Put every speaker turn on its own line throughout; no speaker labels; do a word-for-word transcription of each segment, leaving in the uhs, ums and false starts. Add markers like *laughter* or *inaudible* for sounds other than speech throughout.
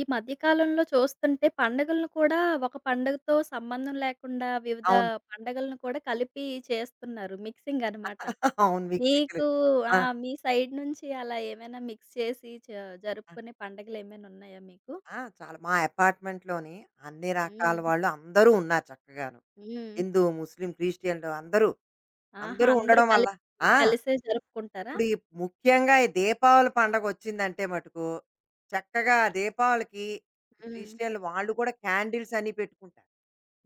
ఈ మధ్య కాలంలో చూస్తుంటే పండుగలను కూడా ఒక పండుగతో సంబంధం లేకుండా వివిధ
అవును.
పండుగలను కూడా కలిపి చేస్తున్నారు. మిక్సింగ్ అనమాట.
*laughs* అవును. మిక్సింగ్‌లు.
మీకు
ఆ!
ఆ! మీ సైడ్ నుంచి అలా ఏమైనా మిక్స్ చేసి చ
ఆ!
జరుపుకునే పండుగలేమైనా ఉన్నాయా మీకు?
ఆ! చాలా మా అపార్ట్‌మెంట్‌లోని అన్ని రకాల
హ్మ్.
వాళ్ళు అందరూ ఉన్నారు చక్కగాను.
హ్మ్.
హిందూ, ముస్లిం, క్రిస్టియన్‌లు అందరూ.
ఆహా!
అందరూ
అందరూ
ఉండడం వల్ల
కలిసి
ఆ!
కలిసే జరుపుకుంటారా?
ఇప్పుడు ఈ ముఖ్యంగా ఈ దీపావళి పండగొచ్చిందంటే మటుకు చక్కగా దీపావళికి
హ్మ్.
క్రిస్టియన్‌లు వాళ్ళు కూడా క్యాండిల్స్ అన్ని పెట్టుకుంటారు.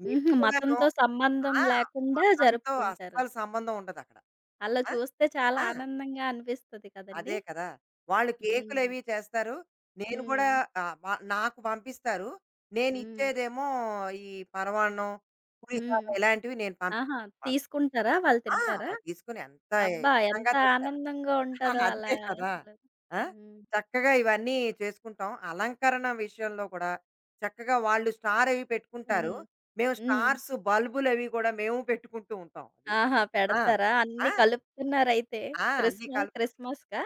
మీకు
హుహు.
కూడాను
మతంతో సంబంధం
ఆ!
లేకుండా
మతంతో
జరుపుకుంటారు.
అస్సలు సంబంధం ఉండదక్కడ.
అలా
ఆ!
చూస్తే చాలా
ఆ!
ఆనందంగా అనిపిస్తది
అదే
కదండీ!
కదా! వాళ్ళు
హ్మ్.
కేకులవి చేస్తారు. నేను కూడా
హ్మ్.
ఆహ్, వ నాకు పంపిస్తారు.
హ్మ్.
నేనిచ్చేదేమో ఈ పరమాన్నం, పులిహోర
హ్మ్.
ఇలాంటివి నేను పంపిస్తాను
ఆహా!
వాళ్ళకి.
తీసుకుంటారా? వాళ్ళు
ఆ!
తింటారా?
అవి తీసుకొని ఎంత
అబ్బా!
ఇష్టంగా
ఎంత
తింటారు.
ఆనందంగా ఉంటదో
*laughs*
అలా
అదే కదా!
అసలు.
ఆ!
హ్మ్.
చక్కగా ఇవన్నీ చేసుకుంటాం. అలంకరణ విషయంలో కూడా చక్కగా వాళ్ళు స్టార్ అవి పెట్టుకుంటారు.
హ్మ్.
మేము
హ్మ్.
స్టార్స్, బల్బులవి కూడా మేము పెట్టుకుంటూ ఉంటాం. అది.
ఆహా!
ఆ!
పెడతారా?
ఆ!
అన్నీ కలుపుతున్నారైతే.
ఆ! అన్నీ
క్రిస్మ
కలుపు
క్రిస్మస్‌కా?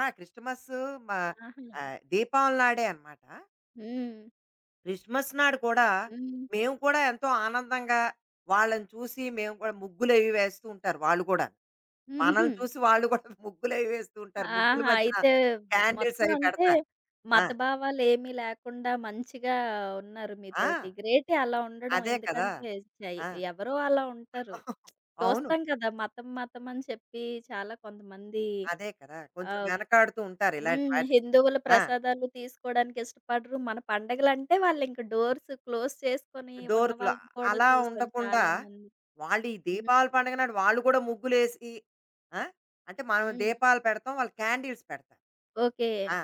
ఆ! క్రిస్టమస్సు మా
ఆహా!
ఆహ్, దీపావళి నాడే అనమాట.
హ్మ్.
క్రిస్మస్ నాడు కూడా
హ్మ్.
మేము కూడా ఎంతో ఆనందంగా వాళ్ళని చూసి మేము కూడా ముగ్గులవి వేస్తూ ఉంటారు వాళ్ళు గూడాను.
హుహు.
మనల్ని చూసి వాళ్ళు కూడా *laughs* ముగ్గులవి వేస్తూ ఉంటారు. ముగ్గుల
ఆహా!
మధ్యన
అయితే మ
క్యాండిల్స్
మొత్తం
అవి
అంటే
పెడతారు. ఆ!
మతభావాలేమీ లేకుండా మంచిగా ఉన్నారు
ఆ!
మీతోటి. గ్రేటే అలా ఉండడం.
అదే కదా!
ఎందుకంటే చెయ్
ఆ!
ఎవరో అలా ఉంటారు.
*laughs* అవును.
చూస్తాం కదా! మతం మతం అని చెప్పి చాలా కొంతమంది
అదే కదా!
ఆ!
కొంచెం వెనకాడుతూ ఉంటారు ఇలాంటి
హ్మ్.
వాటికి.
హిందువుల
ఆ!
ప్రసాదాలు తీసుకోవడానికి ఇష్టపడరు. మన పండగలంటే వాళ్ళింక డోర్స్ క్లోజ్ చేసుకొని ఉన్న
డోర్ క్లా
వాళ్ళని కూడా
అలా
చూసాను
ఉండకుండా
చాలామంది.
వాళ్ళు ఈ
హ్మ్.
దీపావళి పండుగ నాడు వాళ్ళు కూడా ముగ్గులేసి ఆ? అంటే మనం
హ్మ్.
దీపాలు పెడతాం వాళ్ళు క్యాండిల్స్ పెడతారు
ఓకే.
ఆ,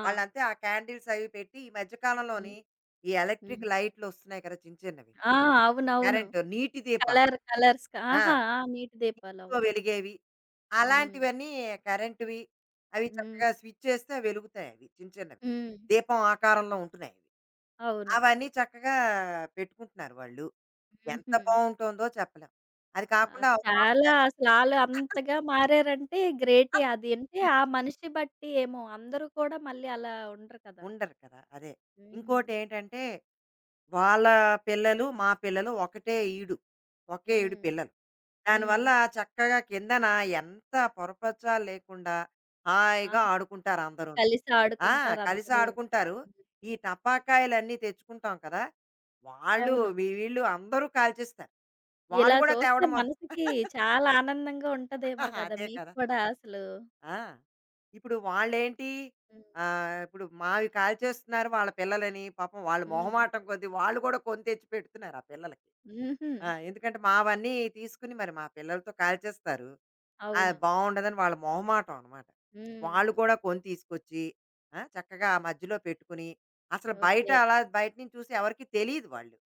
ఆ!
వాళ్ళంతే ఆ క్యాండిల్స్ అవి పెట్టి ఈ మధ్యకాలంలోని
హ్మ్.
ఈ ఎలక్ట్రిక్
హ్మ్.
లైట్లు వస్తున్నాయి కదా చిన్న చిన్నవి
ఆ! అవునవును.
కరెంటు నీటి దీపాలు
కలర్ కలర్స్
ఆ,
ఆహా! ఆ! నీటి దీపాలు.
తో
అవును.
వెలిగేవి
హ్మ్.
అలాంటివన్నీ కరెంటువి అవి
హ్మ్.
చక్కగా స్విచ్ చేస్తే అవి వెలుగుతాయి అవి చిన్న చిన్నవి
హ్మ్.
దీపం ఆకారంలో ఉంటున్నాయి అవి
అవును.
అవన్నీ చక్కగా పెట్టుకుంటున్నారు వాళ్ళు ఎంత
హుహు.
బావుంటుందో చెప్పలేం. అది
ఆ!
కాకుండా వాళ్ళ
చాలా అసలు ఆళ్ళు అంతగా మారారంటే గ్రేటే. అదేంటి ఆ మనిషి బట్టి ఏమో అందరూ కూడా మళ్ళీ అలా ఉండరు కదా!
ఉండరు కదా! అదే.
హ్మ్.
ఇంకోటేంటంటే, వాళ్ళ పిల్లలు, మా పిల్లలు ఒకటే ఈడు. ఒకే ఈడు
హ్మ్.
పిల్లలు.
హ్మ్.
దానివల్ల చక్కగా కిందన ఎంత పొరపచాలు లేకుండా హాయిగా
ఆహా!
ఆడుకుంటారు అందరూను.
కలిసి
ఆ! కలిసి
ఆడుకుంటారందరూ.
ఆడుకుంటారు.
హ్మ్.
ఈ టపాకాయలన్నీ తెచ్చుకుంటాం కదా! వాళ్ళు,
అవును.
వీ- వీళ్ళు అందరూ కాల్చేస్తారు. వాళ్ళు
ఇలా
కూడా
చూస్తే
తేవడం మొద
మనసుకి చాలా ఆనందంగా ఉంటదేమో
*laughs*
కదా!
అదే
మీకు
కదా!
కూడా అసలు.
ఆ! ఇప్పుడు వాళ్ళేంటి
హ్మ్.
ఆహ్, ఇప్పుడు మావి కాల్చేస్తున్నారు వాళ్ళ పిల్లలని. పాపం వాళ్ళు
హ్మ్.
మొహమాటం కొద్దీ వాళ్ళు కూడా కొని తెచ్చి పెడుతున్నారు ఆ పిల్లలకి.
హుహు.
ఆ! ఎందుకంటే మావన్నీ తీసుకుని మరి మా పిల్లలతో కాల్చేస్తారు. అది
అవును.
బావుండదని వాళ్ళ మొహమాటం అనమాట.
హ్మ్.
వాళ్ళు కూడా కొని తీసుకొచ్చి ఆ! చక్కగా ఆ మధ్యలో పెట్టుకుని అసలు బయట
ఓకే.
అలా బయట నుంచి చూసి ఎవరికీ తెలీదు వాళ్ళు.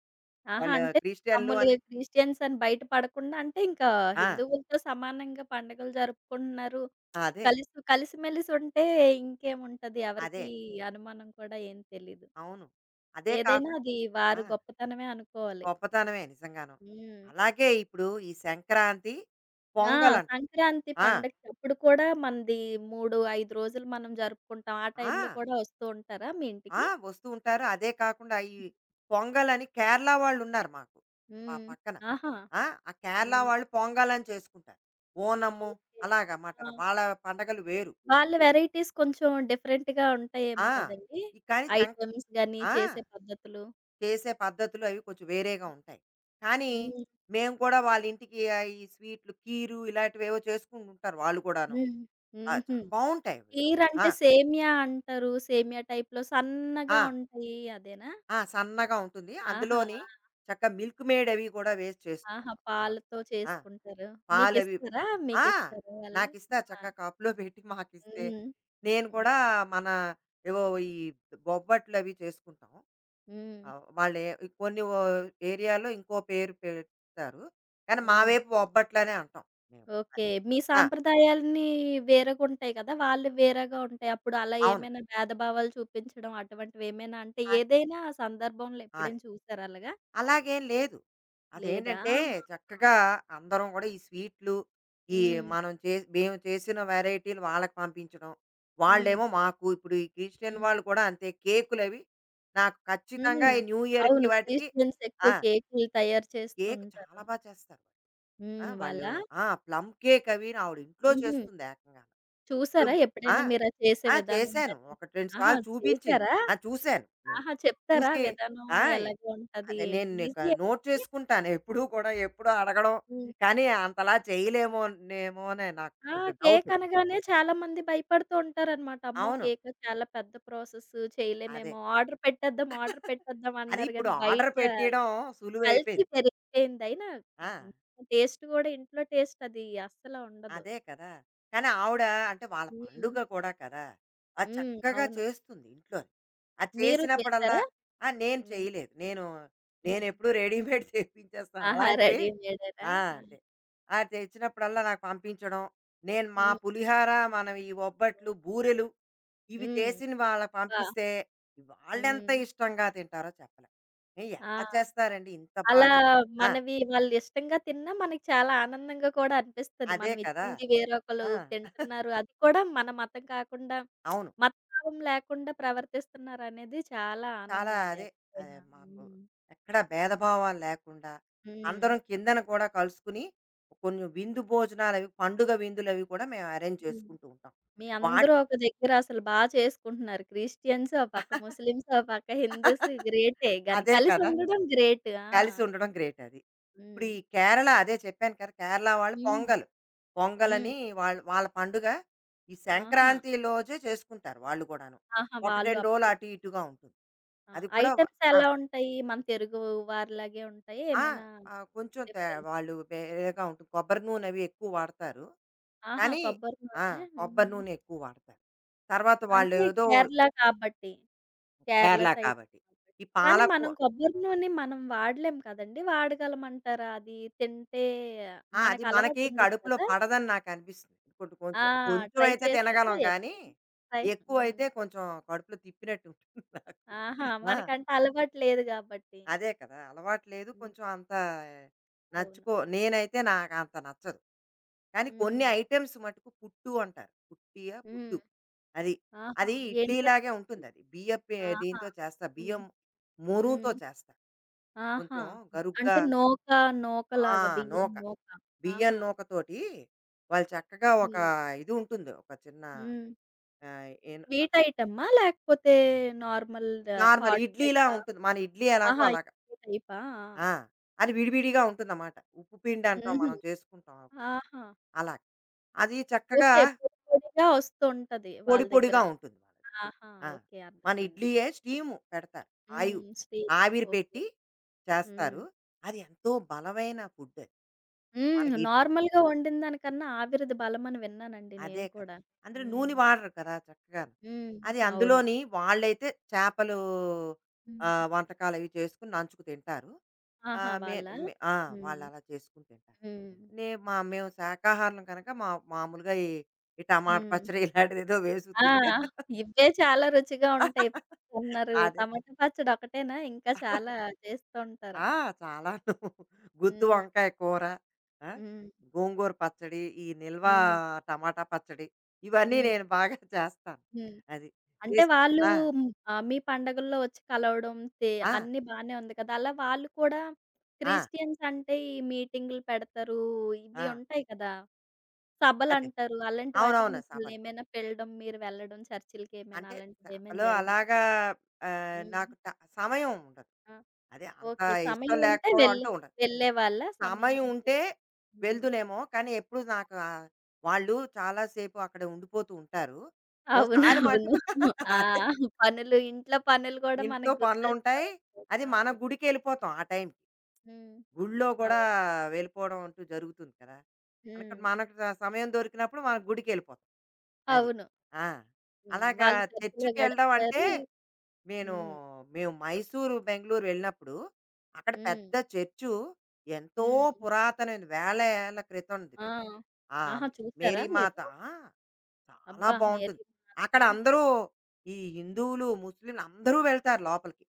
ఆహా!
వాళ్ళు
అంటే
క్రిస్టియన్లు అని
మామూలుగా క్రిస్టియన్స్ అని బయట పడకుండా అంటే ఇంకా
ఆ!
హిందువులతో సమానంగా పండుగలు జరుపుకుంటున్నారు.
అదే.
కలిసి కలిసిమెలిసి ఉంటే ఇంకేముంటది.
అదే.
ఎవరికీ అనుమానం కూడా ఏం తెలీదు.
అవును. అదే
ఏదైనా అది
కాకుండా
వారి గొప్పతనమే అనుకోవాలి.
గొప్పతనమే నిజంగాను.
హ్మ్.
అలాగే ఇప్పుడు ఈ సంక్రాంతి,
ఆ!
పొంగలంటాం.
సంక్రాంతి
ఆ!
పండగకప్పుడు కూడా మనది మూడు, ఐదు రోజులు మనం జరుపుకుంటాం. ఆ టైంలో
ఆ!
కూడా వస్తూ ఉంటారా మీ
ఆ!
ఇంటికి?
వస్తూ ఉంటారు. అదే కాకుండా ఈ పొంగలని కేరళ వాళ్ళున్నారు మాకు మా
హ్మ్.
పక్కన.
ఆహా!
ఆ! ఆ కేరళ
హ్మ్.
వాళ్ళు పొంగలని చేసుకుంటారు. ఓనము
ఓకే.
అలాగమాట.
ఆ!
వాళ్ళ పండగలు వేరు.
వాళ్ళ వెరైటీస్ కొంచెం డిఫరెంట్‌గా ఉంటాయేమో
ఆ!
కదండీ!
ఈ కానీ సం
ఐటెమ్స్ గాని,
ఆ!
చేసే పద్ధతులు.
చేసే పద్ధతులు అవి కొంచెం వేరేగా ఉంటాయి. కానీ
హ్మ్.
మేము కూడా వాళ్ళ ఇంటికి ఆహ్, ఈ స్వీట్లు, కీరు ఇలాంటివేవో చేసుకుంటూ ఉంటారు వాళ్ళు కూడాను.
హ్మ్.
ఆ! చ
హుహు.
బావుంటాయి అవి. ఆ!
కీరంటే సేమియా అంటారు. సేమియా టైప్‌లో
ఆ!
సన్నగా ఉంటాయి. అదేనా?
ఆ! సన్నగా ఉంటుంది.
ఆహా!
అందులోని
ఆ!
చక్కగా మిల్క్ మేడ్ అవి కూడా వేసి
ఆహా!
చేస్తున్నారు ఆవిడ.
పాలతో
ఆ!
చేసుకుంటారు.
పాలవి
మీకిస్తారా?
ఆ!
మీకిస్తారా వాళ్ళు?
నాకిస్తారు
ఆ!
చక్కగా కప్‌లో పెట్టి మాకిస్తే,
హ్మ్.
నేను
హ్మ్.
కూడా మన ఏవో ఈ బొబ్బట్లు అవి చేసుకుంటాం.
హ్మ్.
ఆహ్, వాళ్ళే కొన్ని ఓ ఏరియాలో ఇంకో పేరు పెడతారు. కానీ మా
హ్మ్.
వైపు బొబ్బట్లనే అంటాం మేము.
ఓకే. మీ
ఆ!
సాంప్రదాయాలన్నీ వేరేగుంటాయి కదా! వాళ్ళవి వేరేగా ఉంటాయి. అప్పుడు అలా
అవును.
ఏమైనా భేదభావాలు చూపించడం అటువంటివేమైనా అంటే
అదే.
ఏదైనా సందర్భంలో
అదే.
ఎప్పుడైనా చూసారా అలాగా?
అలాగేం లేదు.
లేదా?
అదేంటంటే
ఆహా!
చక్కగా అందరం గూడా ఈ స్వీట్లు, ఈ
హ్మ్.
మనం చే మేము చేసిన వేరైటీలు వాళ్ళకి పంపించడం.
హ్మ్.
వాళ్ళేమో మాకు ఇప్పుడు ఈ క్రిస్టియన్
హ్మ్.
వాళ్ళు కూడా అంతే కేకులవి నాకు ఖచ్చితంగా
హ్మ్.
ఈ న్యూ ఇయర్‌కి
అవును.
వాటికి
క్రిస్టియన్స్
ఆ!
ఎక్కువ కేకులు తయారు చేస్తూ
కేక్ చాలా
ఉంటారు.
బా చేస్తారు. ఆ!
హ్మ్.
వాళ్ళు
వాళ్ళా?
ఆ! ప్లమ్ కేక్ అవి ఆవిడ ఇంట్లో
హుహు.
చేస్తుంది ఏకంగా.
చూసారా
ప్లమ్ ఆ!
ఎప్పుడైనా మీరది చేసే
ఆ!
విధానం
చేశాను.
గాని?
ఒకటి రెండు
ఆహా!
సార్లు చూపించింది.
చేసారా?
ఆ! చూశాను నేను.
ఆహా! చెప్తారా
చూసి
విధానం
ఆ!
ఎలాగా ఉంటది?
అదే నేను
ఏంటి?
నీకు
ఈజీయేనా
నోట్
అది?
చేసుకుంటాను ఎప్పుడూ కూడా ఎప్పుడూ అడగడం.
హ్మ్.
కానీ అంతలా చేయలేమో నేమోనే నాకు
ఆ!
కొంచెం
కేక్
డౌట్.
అనగానే చాలా మంది భయపడుతూ ఉంటారనమాట. అమ్మో!
అవును.
కేక్ చాలా పెద్ద ప్రాసెస్
అదే.
చేయలేమేమో. ఆర్డర్ పెట్టేద్దాం, ఆర్డర్ పెట్టేద్దాం
అది
అన్నారు
ఇప్పుడు
గానీ బయట
ఆర్డర్ పెట్టియడం
కల్తీ
సులువైపోయింది.
పెరిగిపోయింది. అయినా
ఆ!
టేస్ట్ గూడా ఇంట్లో టేస్ట్ అది అస్సల ఉండదు.
అదే కదా! కానీ ఆవిడ అంటే వాళ్ళ
హ్మ్.
పండుగ కూడా కదా! అది
హ్మ్.
చక్కగా
అవును.
చేస్తుంది ఇంట్లోని. అది
మీరు
చేసినప్పుడల్లా
చేసారా?
ఆ! నేను
హ్మ్.
చేయలేదు. నేను
హ్మ్.
నేనెప్పుడూ రెడీమేడ్ *laughs* తెప్పించేస్తాను.
ఆహా!
అలాంటివి
రెడీమేడేనా?
ఆ!
ఆ!
అంతే. ఆ తెచ్చినప్పుడల్లా నాకు పంపించడం. నేను మా
హ్మ్.
పులిహార, మనం ఈ ఒబ్బట్లు, బూరెలు ఇవి
హ్మ్.
చేసిన వాళ్ళకి
అబ్బా!
పంపిస్తే వాళ్ళెంత
హ్మ్.
ఇష్టంగా తింటారో చెప్పలేం. ఏ,
ఆ!
ఎలా చేస్తారండి ఇంత
అలా
బాగా? ఆ!
మనవి వాళ్ళు ఇష్టంగా తిన్నా మనకి చాలా ఆనందంగా కూడా అనిపిస్తది.
అదే
మనం
కదా!
ఇచ్చింది వేరొకళ్ళు
ఆ!
తింటున్నారు. అది కూడా మన మతం కాకుండా
అవును.
మతభావం లేకుండా ప్రవర్తిస్తున్నారనేది చాలా
చాలా
ఆనందం అది
అదే అదే
ఎవరికైనా.
మాకు
హ్మ్.
ఎక్కడ భేదభావాలు లేకుండా
హ్మ్.
అందరం కిందన కూడా కలుసుకుని కొన్ని విందు భోజనాలు అవి పండుగ విందులు అవి కూడా మేము అరేంజ్
హ్మ్.
చేసుకుంటూ ఉంటాం
మీ
వాట్
అందరూ ఒక దగ్గర అసలు బా చేసుకుంటున్నారు. క్రిస్టియన్స్ ఓ పక్క, ముస్లిమ్స్ ఓ పక్క, హిందూస్
*laughs*
గ్రేటే గాని
అదే
కలిసి
కదా
ఉండడం గ్రేట్. ఆ!
కలిసి ఉండడం గ్రేట్ అది ఇప్పుడు
హ్మ్.
ఈ కేరళ అదే చెప్పాను కదా కేరళ వాళ్ళు
హ్మ్.
పొంగల్ పొంగల్
హ్మ్.
అని వాళ్ళ వాళ్ళ పండుగ ఈ
ఆహా!
సంక్రాంతి రోజే చేసుకుంటారు వాళ్ళు కూడాను
ఆహా!
ఒకటి
వాళ్ళు
రెండు రోజులు
అప్పుడు
అటు ఇటుగా ఉంటుంది
ఆ!
అది కూడా
ఐటెమ్స్ ఎలా ఉంటాయి? మన తెలుగు వారిలాగే ఉంటాయా?
ఆ!
ఏమైనా
ఆ! కొంచెం తే
డిఫరెన్స్ ఉం
వాళ్ళు వేరేగా ఉంటుంది. కొబ్బరి నూనె అవి ఎక్కువ వాడతారు.
ఆహా!
కానీ
కొబ్బరి
ఆ!
నూనె.
కొబ్బరి
హ్మ్.
నూనె ఎక్కువ వాడతారు. తర్వాత
అంటే
వాళ్ళేదో
కేరళ కాబట్టి. కేరళ
కేరళ
సైడ్
కాబట్టి.
కాబట్టి.
ఈ
కానీ
పాలకు
మనం కొబ్బరి నూనె మనం వాడలేం కదండీ! వాడగలమంటారా? అది తింటే
ఆ! అది
మనకు
మనకి
అలవాటు ఉండదు
కడుపులో
కదా!
పడదని నాకనిపిస్తుంది. కొంచెం
ఆ!
కొంచెం కొంచెం
ట్రై
అయితే
చేశారా
తినగలం కానీ,
ఎప్పుడు? ట్రై హ్మ్.
ఎక్కువైతే కొంచెం కడుపులో తిప్పినట్టు ఉంటుంది నాకు.
ఆహా!
ఆ!
మనకంటే అలవాటు లేదు కాబట్టి.
అదే కదా! అలవాటు లేదు.
హ్మ్.
కొంచెం అంత
అవును.
నచ్చుకో నేనైతే నాకంత నచ్చదు. కానీ కొన్ని
హ్మ్.
ఐటెమ్స్ మటుకు పుట్టు అంటారు. పుట్టియ,
హ్మ్.
పుట్టు. అది.
ఆహా!
అది
ఏంటది?
ఇడ్లీలాగే ఉంటుందది. బియ్యపు
ఆహా!
దీంతో చేస్తా.
హ్మ్.
బియ్యం మురుముతో
హ్మ్.
చేస్తా.
ఆహా!
కొంచెం గరుగ్గా
అంటే నూక
ఆ!
నూకలాగా బియ్యం
నూక.
నూక.
బియ్యం
ఆహా!
నూకతోటి వాళ్ళు చక్కగా ఒక
హ్మ్.
ఇది ఉంటుంది. ఒక చిన్న
హ్మ్.
ఆహ్, ఏన్
స్వీట్ ఐటమా? లేకపోతే నార్మల్
నార్మల్
హాట్
ఇడ్లీలా
టైపా?
ఉంటుంది. మన ఇడ్లీ ఎలాగో
ఆహా!
అలాగా.
ఇడ్లీ టైపా? ఆ!
ఆ! అది విడివిడిగా ఉంటుందన్నమాట. ఉప్పు పిండి అంటాం
హుహు.
మనం చేసుకుంటాం.
ఆహా!
అలాగ. అది చక్కగా
ఓకే. పొడి పొడిగా వస్తుంటది
పొడి
వాళ్ళ దగ్గర.
పొడిగా ఉంటుంది మనది.
ఆహా!
ఆ!
ఓకే.
మన
అర్థమైంది.
ఇడ్లీయే స్టీము పెడతారు. ఆయు
హ్మ్. స్వీట్.
ఆవిరి
ఓకే.
పెట్టి
హ్మ్.
చేస్తారు. అది ఎంతో బలమైన ఫుడ్ అది.
హ్మ్.
మనకి ఇడ్లీ
నార్మల్‌గా వండిన దానికన్నా ఆవిరిది బలమని విన్నానండి
అదే
నేను
కదా!
కూడా.
అందులో
హ్మ్.
నూనె వాడరు కదా చక్కగాను.
హ్మ్.
అది
అవును.
అందులోని వాళ్ళైతే చేపలు ఆహ్,
హ్మ్.
వంటకాలు అవి చేసుకొని నంచుకు తింటారు.
ఆహా!
ఆహ్, మే
వాళ్ళా?
మే ఆ!
హ్మ్.
వాళ్ళలా చేసుకొని తింటారు.
హ్మ్.
నే మా మేము శాకాహారులం కనుక మా మామూలుగా ఈ ఈ టమాట
హ్మ్.
పచ్చడి *laughs* ఇలాంటిదేదో వేసుకు
ఆ!
తింటే
ఇవే చాలా రుచిగా ఉంటాయి.
*laughs*
అన్నారు
అదే.
టమాటా పచ్చడి ఒకటేనా? ఇంకా చాలా చేస్తూ ఉంటారా?
ఆ! చాలాను. గుత్తి
హ్మ్.
వంకాయ కూర, ఆ!
హ్మ్.
గోంగూర పచ్చడి, ఈ నిల్వ
హ్మ్.
టమాటా పచ్చడి, ఇవన్నీ
హ్మ్.
నేను బాగా *laughs* చేస్తాను.
హ్మ్.
అది.
అంటే
చేసి
వాళ్ళు
ఆ!
ఆహ్, మీ పండగల్లో వచ్చి కలవడం తే
ఆ!
అన్నీ బానే ఉంది కదా! అలా వాళ్ళు కూడా
ఆ!
క్రిస్టియన్స్ అంటే ఈ మీటింగులు పెడతారు.
ఆ!
ఇవి ఉంటాయి కదా!
అదే.
సభలంటారు. అలాంటి వాటికి
అవునవును.
మిమ్మల్ని
సభలు.
ఏమైనా పిలడం, మీరు వెళ్ళడం చర్చిలకేమైనా
అంటే
అలాంటిదేమైనా
సభలో
జరిగిందా?
అలాగా ఆహ్,
హ్మ్.
నాకు ట సమయం ఉండదు.
ఆ!
అదే అంత
ఓకే.
ఇష్టం
సమయం ఉంటే
లేకపోవడం
వెళ్ళే
అంటూ ఉండదు.
వెళ్ళేవాళ్ళా? సమయం
సమయం
ఉంటే?
ఉంటే
హ్మ్.
వెళ్దునేమో, కానీ ఎప్పుడు నాకు ఆహ్, వాళ్ళు చాలా సేపు అక్కడ ఉండిపోతూ ఉంటారు. ఓసారి
అవునవును.
మటుకు *laughs*
ఆ!
అదే.
పనులు ఇంట్లో పనులు గూడా
ఇంట్లో
మనకు గుర్తొస్తా
పనులుంటాయి.
ఉంటాయి.
అది మన
అవును.
గుడికెళ్ళిపోతాం ఆ టైంకి.
హ్మ్.
గుడిలో గూడా
అవును.
వెళ్ళిపోవడం అంటూ జరుగుతుంది కదా! అందుకని
హ్మ్.
మనకు ద సమయం దొరికినప్పుడు మనం గుడికెళ్ళిపోతాం. అది.
అవును.
ఆ!
హ్మ్.
అలాగా
వాళ్ళు చర్చిలో
చర్చ్‌కెళ్ళడం అంటే,
గడుపుతారు.
నేను
హ్మ్.
మేము మైసూరు, బెంగుళూరు వెళ్ళినప్పుడు అక్కడ
హ్మ్.
పెద్ద చర్చు ఎంతో
హ్మ్.
పురాతనమైనది. వేల ఏళ్ల క్రితంది.
ఆ!
ఆ!
ఆహా! చూసారా మీరు?
మేరీమాత ఆ! చాలా
అబ్బా!
బావుంటుంది.
మేరీ మాత.
అక్కడ అందరూ ఈ హిందువులు, ముస్లింలు అందరూ వెళ్తారు లోపలికి.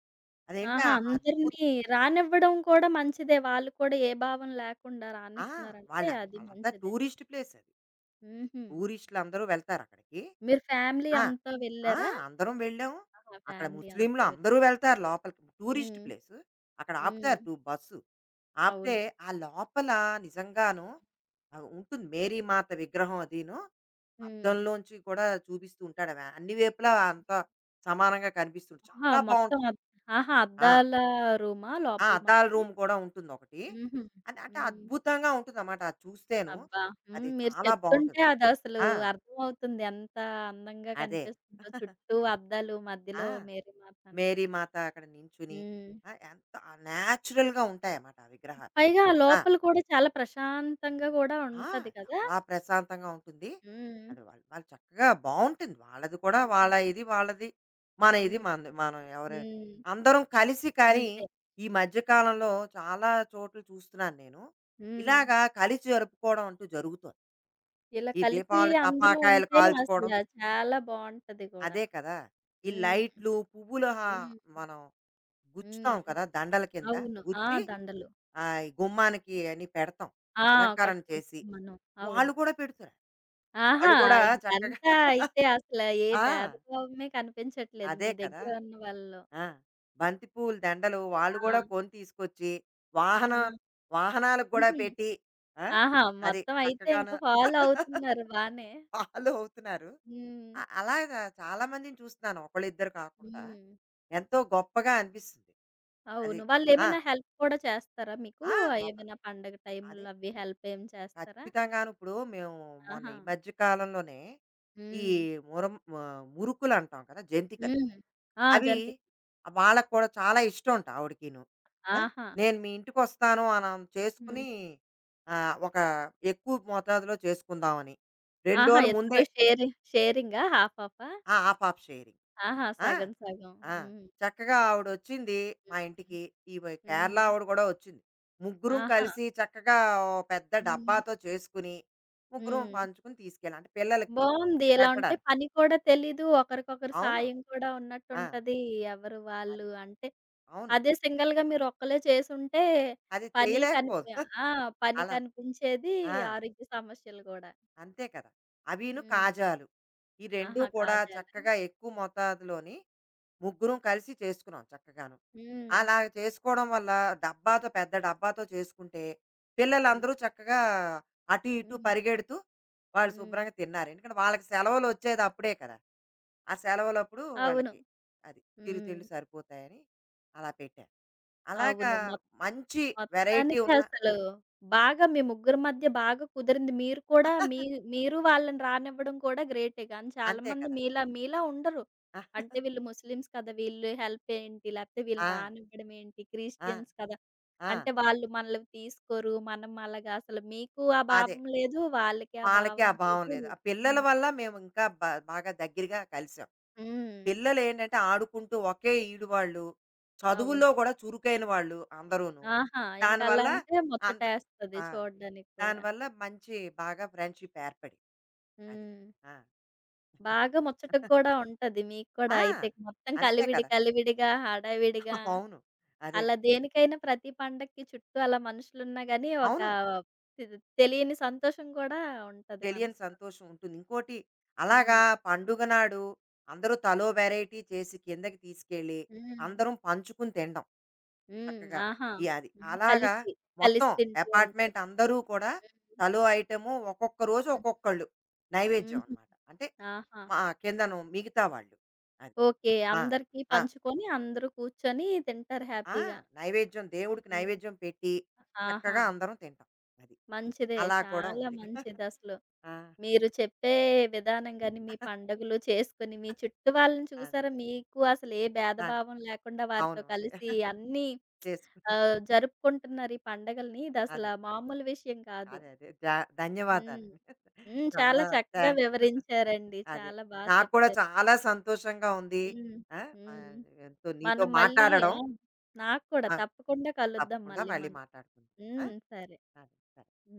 అదేంటి
ఆహా!
ఆ అద్భుత్
అందరిని రానివ్వడం కూడా మంచిదే. వాళ్ళు కూడా ఏ భావం లేకుండా
ఆ!
రానిస్తున్నారంటే
వాళ్ళ
అది
వాళ్ళంతా
మంచిదే.
టూరిస్ట్ ప్లేసది.
హుహు.
టూరిస్టులందరూ వెళ్తారక్కడికి.
మీరు ఫ్యామిలీ
ఆ!
అంతా
ఆ!
వెళ్లారా?
అందరం వెళ్ళాం.
ఆహా!
అక్కడ
ఫ్యామిలీ
ముస్లింలు
అందరూ
అందరూ
వెళ్లారు.
వెళ్తారు లోపలికి. టూరిస్ట్
హ్మ్.
ప్లేసు. అక్కడ
హ్మ్.
ఆపుతారు టు బస్సు. ఆపితే
అవును.
ఆ లోపల నిజంగాను ఆహ్, ఉంటుంది మేరీ మాత విగ్రహం అదీను.
హ్మ్.
అద్దంలోంచి కూడా చూపిస్తూ ఉంటాడు. ఆవ అన్ని వైపులా అంతా సమానంగా కనిపిస్తుంది.
ఆహా!
చాలా
మొత్తం
బావుంటుంది.
అద్ ఆహా!
ఆ!
అద్దాల రూమా
ఆ!
లోపల
అద్దాల
మొత్తం?
రూమ్ కూడా ఉంటుందొకటి.
హుహు.
అది అంటే
హ్మ్.
అద్భుతంగా ఉంటుందన్నమాట అది చూస్తేను.
అబ్బా! హ్మ్.
అది
మీరు
చాలా
చెప్తుంటే
బావుంటుంది.
అదసలు
ఆ!
అర్థమవుతుంది. ఎంత అందంగా
అదే.
కనిపిస్తుందో చుట్టూ అద్దాలు
ఆ!
మధ్యలో మేరీ మాత అంటే.
మేరీ మాత అక్కడ నించుని
హ్మ్.
ఆ! ఎంత ఆ నేచురల్‌గా ఉంటాయన్నమాట ఆ విగ్రహాలు.
పైగా ఆ
ఆ!
లోపల కూడా చాలా ప్రశాంతంగా కూడా
ఆ!
ఉంటది కదా!
చాలా ప్రశాంతంగా ఉంటుంది.
హ్మ్.
అది వాళ్ళు వాళ్ళు చక్కగా బావుంటుంది. వాళ్ళది కూడా వాళ్ళ
హ్మ్.
ఇది వాళ్ళది. మన ఇది
హ్మ్.
మనది. మనం ఎవరు
హ్మ్.
అందరం కలిసి కానీ
అంతే.
ఈ మధ్య కాలంలో చాలా చోట్ల చూస్తున్నాను నేను.
హ్మ్.
ఇలాగా కలిసి జరుపుకోవడం అంటూ జరుగుతోంది.
ఇలా
ఈ
కలిపి
దీపావళి
అందులో
టపాకాయలు
ఉంటే
కాల్చుకోవడం.
అసల చాలా బావుంటది గూడా.
అదే కదా! ఈ
హ్మ్.
లైట్లు, పువ్వులు హా
హ్మ్.
మనం గుచ్చుతాం
హ్మ్.
కదా! దండల కింద
అవును. ఆ!
గుచ్చి
దండలు.
ఆ ఈ గుమ్మానికి అని పెడతాం.
ఆ!
అలంకారణ చేసి,
కట్టుకుంటాం మనం.
వాళ్ళు
అవును.
కూడా పెడుతున్నారు.
ఆహా!
వాళ్ళు కూడా చక్కగా
ఇంకంతా
*laughs*
అయితే అసల ఏ
ఆ!
భేదభావమే కనిపించట్లేదు
అదే
మీ
కదా!
దగ్గర ఉన్న వాళ్ళలో.
ఆ! బంతి పూలు దండలు వాళ్ళు
ఆ!
కూడా కొని తీసుకొచ్చి, వాహనం
ఆ!
వాహనాలకు కూడా
హుహు.
పెట్టి, ఆ!
ఆహా!
అది
మొత్తం అయితే
చక్కగాను
ఇంకా ఫాలో అవుతున్నారు
*laughs*
బానే.
వాళ్ళు అవుతున్నారు.
హ్మ్.
అ అలాగా చాలా మందిని చూస్తున్నాను. ఒకళ్ళిద్దరు కాకుండా.
హ్మ్.
ఎంతో గొప్పగా అనిపిస్తుంది. అది.
అవును.
ఆ!
వాళ్ళేమైనా హెల్ప్ కూడా చేస్తారా మీకు?
ఆ! మొక్కలు.
ఏమైనా పండగ
అదే.
టైంలో అవి హెల్ప్ ఏం చేస్తారా?
ఖచ్చితంగాను. ఇప్పుడు మేము మొన్న
ఆహా!
ఈ మధ్య కాలంలోనే ఈ
హ్మ్.
మురం ఆహ్, మురుకులు అంటాం కదా! జంతికలు.
హ్మ్. ఆ!
అవి
జంతి
వాళ్ళకి కూడా చాలా ఇష్టం అంట ఆవిడకిను. ఆ!
ఆహా!
నేను మీ ఇంటికొస్తాను అని ఆమె
హ్మ్.
చేసుకొని ఆహ్, ఒక ఎక్కువ మోతాదులో చేసుకుందామని. రెండు
ఆహా!
రోజుల ముందే
ఇద్దరు షేరి షేరింగా హాఫ్ హాఫా?
ఆ! Half half sharing.
ఆహా!
ఆ!
సగం సగం.
ఆ!
హ్మ్.
చక్కగా ఆవిడొచ్చింది మా ఇంటికి.
హ్మ్.
ఈమె కేరళ
హ్మ్.
ఆవిడ గూడా ఒచ్చింది. ముగ్గురం
ఆహా!
కలిసి చక్కగా ఓ పెద్ద
హ్మ్.
డబ్బాతో చేసుకుని, ముగ్గురం
హ్మ్.
పంచుకుని తీసుకెళ్ళాం. అంటే పిల్లలకి
బావుంది. ఇలా ఉంటే
పెట్టడానికి.
పని కూడా తెలీదు. ఒకరికొకరు
అవును.
సాయం కూడా
ఆ!
ఉన్నట్టుంటది. ఎవరు వాళ్ళు
అదే.
అంటే
అవును.
అదే సింగిల్‌గా మీరొక్కలే చేసుంటే
అది
పనే
చేయలేకపోదు.
కనిపి
*laughs*
ఆ! పని
అలా.
కనిపించేది.
ఆ!
ఆరోగ్య సమస్యలు గూడా.
అంతే కదా! అవిను
హ్మ్.
కాజాలు. ఈ రెండు
ఆహా!
కూడా
కాజాలా?
చక్కగా ఎక్కువ మోతాదులోని ముగ్గురం కలిసి చేసుకున్నాం చక్కగాను.
హ్మ్.
అలా చేసుకోవడం వల్ల డబ్బాతో పెద్ద డబ్బాతో చేసుకుంటే,
హ్మ్.
పిల్లలందరూ చక్కగా అటు ఇటు
హ్మ్.
పరిగెడుతూ వాళ్ళు
హ్మ్.
శుభ్రంగా తిన్నారు. ఎందుకంటే వాళ్ళకి సెలవులొచ్చేది అప్పుడే కదా! ఆ సెలవులప్పుడు
అవును.
వాళ్ళకి అది
హ్మ్.
చిరుతిళ్ళు సరిపోతాయని అలా పెట్టాను. అలాగా
అవును. మొ
మంచి వెరైటీ
మొత్తానికి
ఉన్న
అసలు బాగా మీ ముగ్గురి మధ్య బాగా కుదిరింది. మీరు కూడా మీ మీరు వాళ్ళని రానివ్వడం కూడా గ్రేటే. కానీ
అంతే
చాలామంది
కదా!
మీలా మీలా ఉండరు.
ఆహ్,
అంటే వీళ్ళు ముస్లిమ్స్ కదా! వీళ్ళు హెల్ప్ ఏంటి? లేకపోతే
ఆ!
వీళ్ళని రానివ్వడం ఏంటి?
ఆ!
క్రిస్టియన్స్ కదా!
ఆ!
అంటే వాళ్ళు మనల్ని తీసుకోరు. మనం అలాగా అసలు మీకు ఆ
అదే.
భావం లేదు. వాళ్ళకి ఆ
వాళ్ళకి
భావం
ఆ భావం
లేదు.
లేదు. ఆ పిల్లల
హ్మ్.
వల్ల మేము ఇంకా బ బాగా దగ్గరగా కలిసాం.
హ్మ్.
పిల్లలు ఏంటంటే ఆడుకుంటూ ఒకే ఈడు వాళ్ళు,
అవును.
చదువుల్లో కూడా చురుకైన వాళ్ళు అందరూను.
ఆహా! ఇంకలా
దానివల్ల
అంటే
అందరు
ముచ్చటేస్తది
ఆ!
చూడ్డానికి కూడా.
దానివల్ల మంచి బాగా ఫ్రెండ్‌షిప్ ఏర్పడింది. అది.
హ్మ్.
ఆ!
బాగా ముచ్చటగా గూడా ఉంటది. మీకు కూడా
ఆ!
అయితే మొత్తం
అంతే
కలివిడి
కదా!
కలివిడిగా, హడావిడిగా
*laughs* అవును. అదే.
అలా దేనికైనా ప్రతి పండక్కి చుట్టూ అలా మనుషులున్నా గానీ ఒక
అవును.
తె తెలియని సంతోషం కూడా ఉంటది
తెలియని
మనసులో.
సంతోషం ఉంటుంది. ఇంకోటి అలాగా
హ్మ్.
పండుగ నాడు అందరూ తలో వెరైటీ చేసి కిందకి తీసుకెళ్ళి,
హ్మ్.
అందరం పంచుకుని తినడం.
హ్మ్.
చక్కగా
ఆహా!
ఈ అది.
హ్మ్.
అలాగా
కలిసి,
మొత్తం
కలిసి తింటూ
అపార్ట్‌మెంట్
ఉంటారు.
అందరూ కూడా తలో ఐటెము ఒక్కొక్క రోజు
హుహు.
ఒక్కొక్కళ్ళు నైవేద్యం
హుహు.
అనమాట. అంటే
ఆహా!
మా కిందను మిగతా వాళ్ళు. అది.
ఓకే.
ఆ!
అందరికీ
ఆ!
పంచుకొని అందరూ కూర్చొని తింటారు
ఆ!
హ్యాపీగా.
నైవేద్యం దేవుడికి
హ్మ్.
నైవేద్యం పెట్టి
ఆహా!
చక్కగా అందరం తింటాం. అది.
మంచిదే.
అలా కూడా
చాలా
ఉంది.
మంచిదసలు.
ఆ!
మీరు చెప్పే విధానం గాని, మీ పండుగలు చేసుకొని, మీ చుట్టూ వాళ్ళని
అది.
చూసారా? మీకు అసలు ఏ
దాన్
భేదభావం లేకుండా వారితో
అవును. అదే.
కలిసి అన్నీ
చేసుకుని
ఆహ్, జరుపుకుంటున్నారు ఈ పండగల్ని.
అదే.
ఇదసలా మామూలు విషయం కాదు.
అదే. అదే. జా
హ్మ్.
ధన్యవాదాలండి.
హ్మ్. చాలా
చాలా థ్యా
చక్కగా వివరించారండి.
అదే.
చాలా బా
నాకు కూడా
చెప్పారు.
చాలా సంతోషంగా ఉంది.
హ్మ్.
ఆ!
హ్మ్.
ఆహ్, ఎంతో నీతో
మనం మళ్ళీ
మాట్లాడడం.
ఆ! నాకు కూడా
ఆ!
తప్పకుండా కలుద్దాం
తప్పకుండా
మళ్ళీ
మళ్ళీ
మనం.
మాట్లాడుకుందాం. ఆ!
హ్మ్. సరే.
సరే. సరే.
హ్మ్.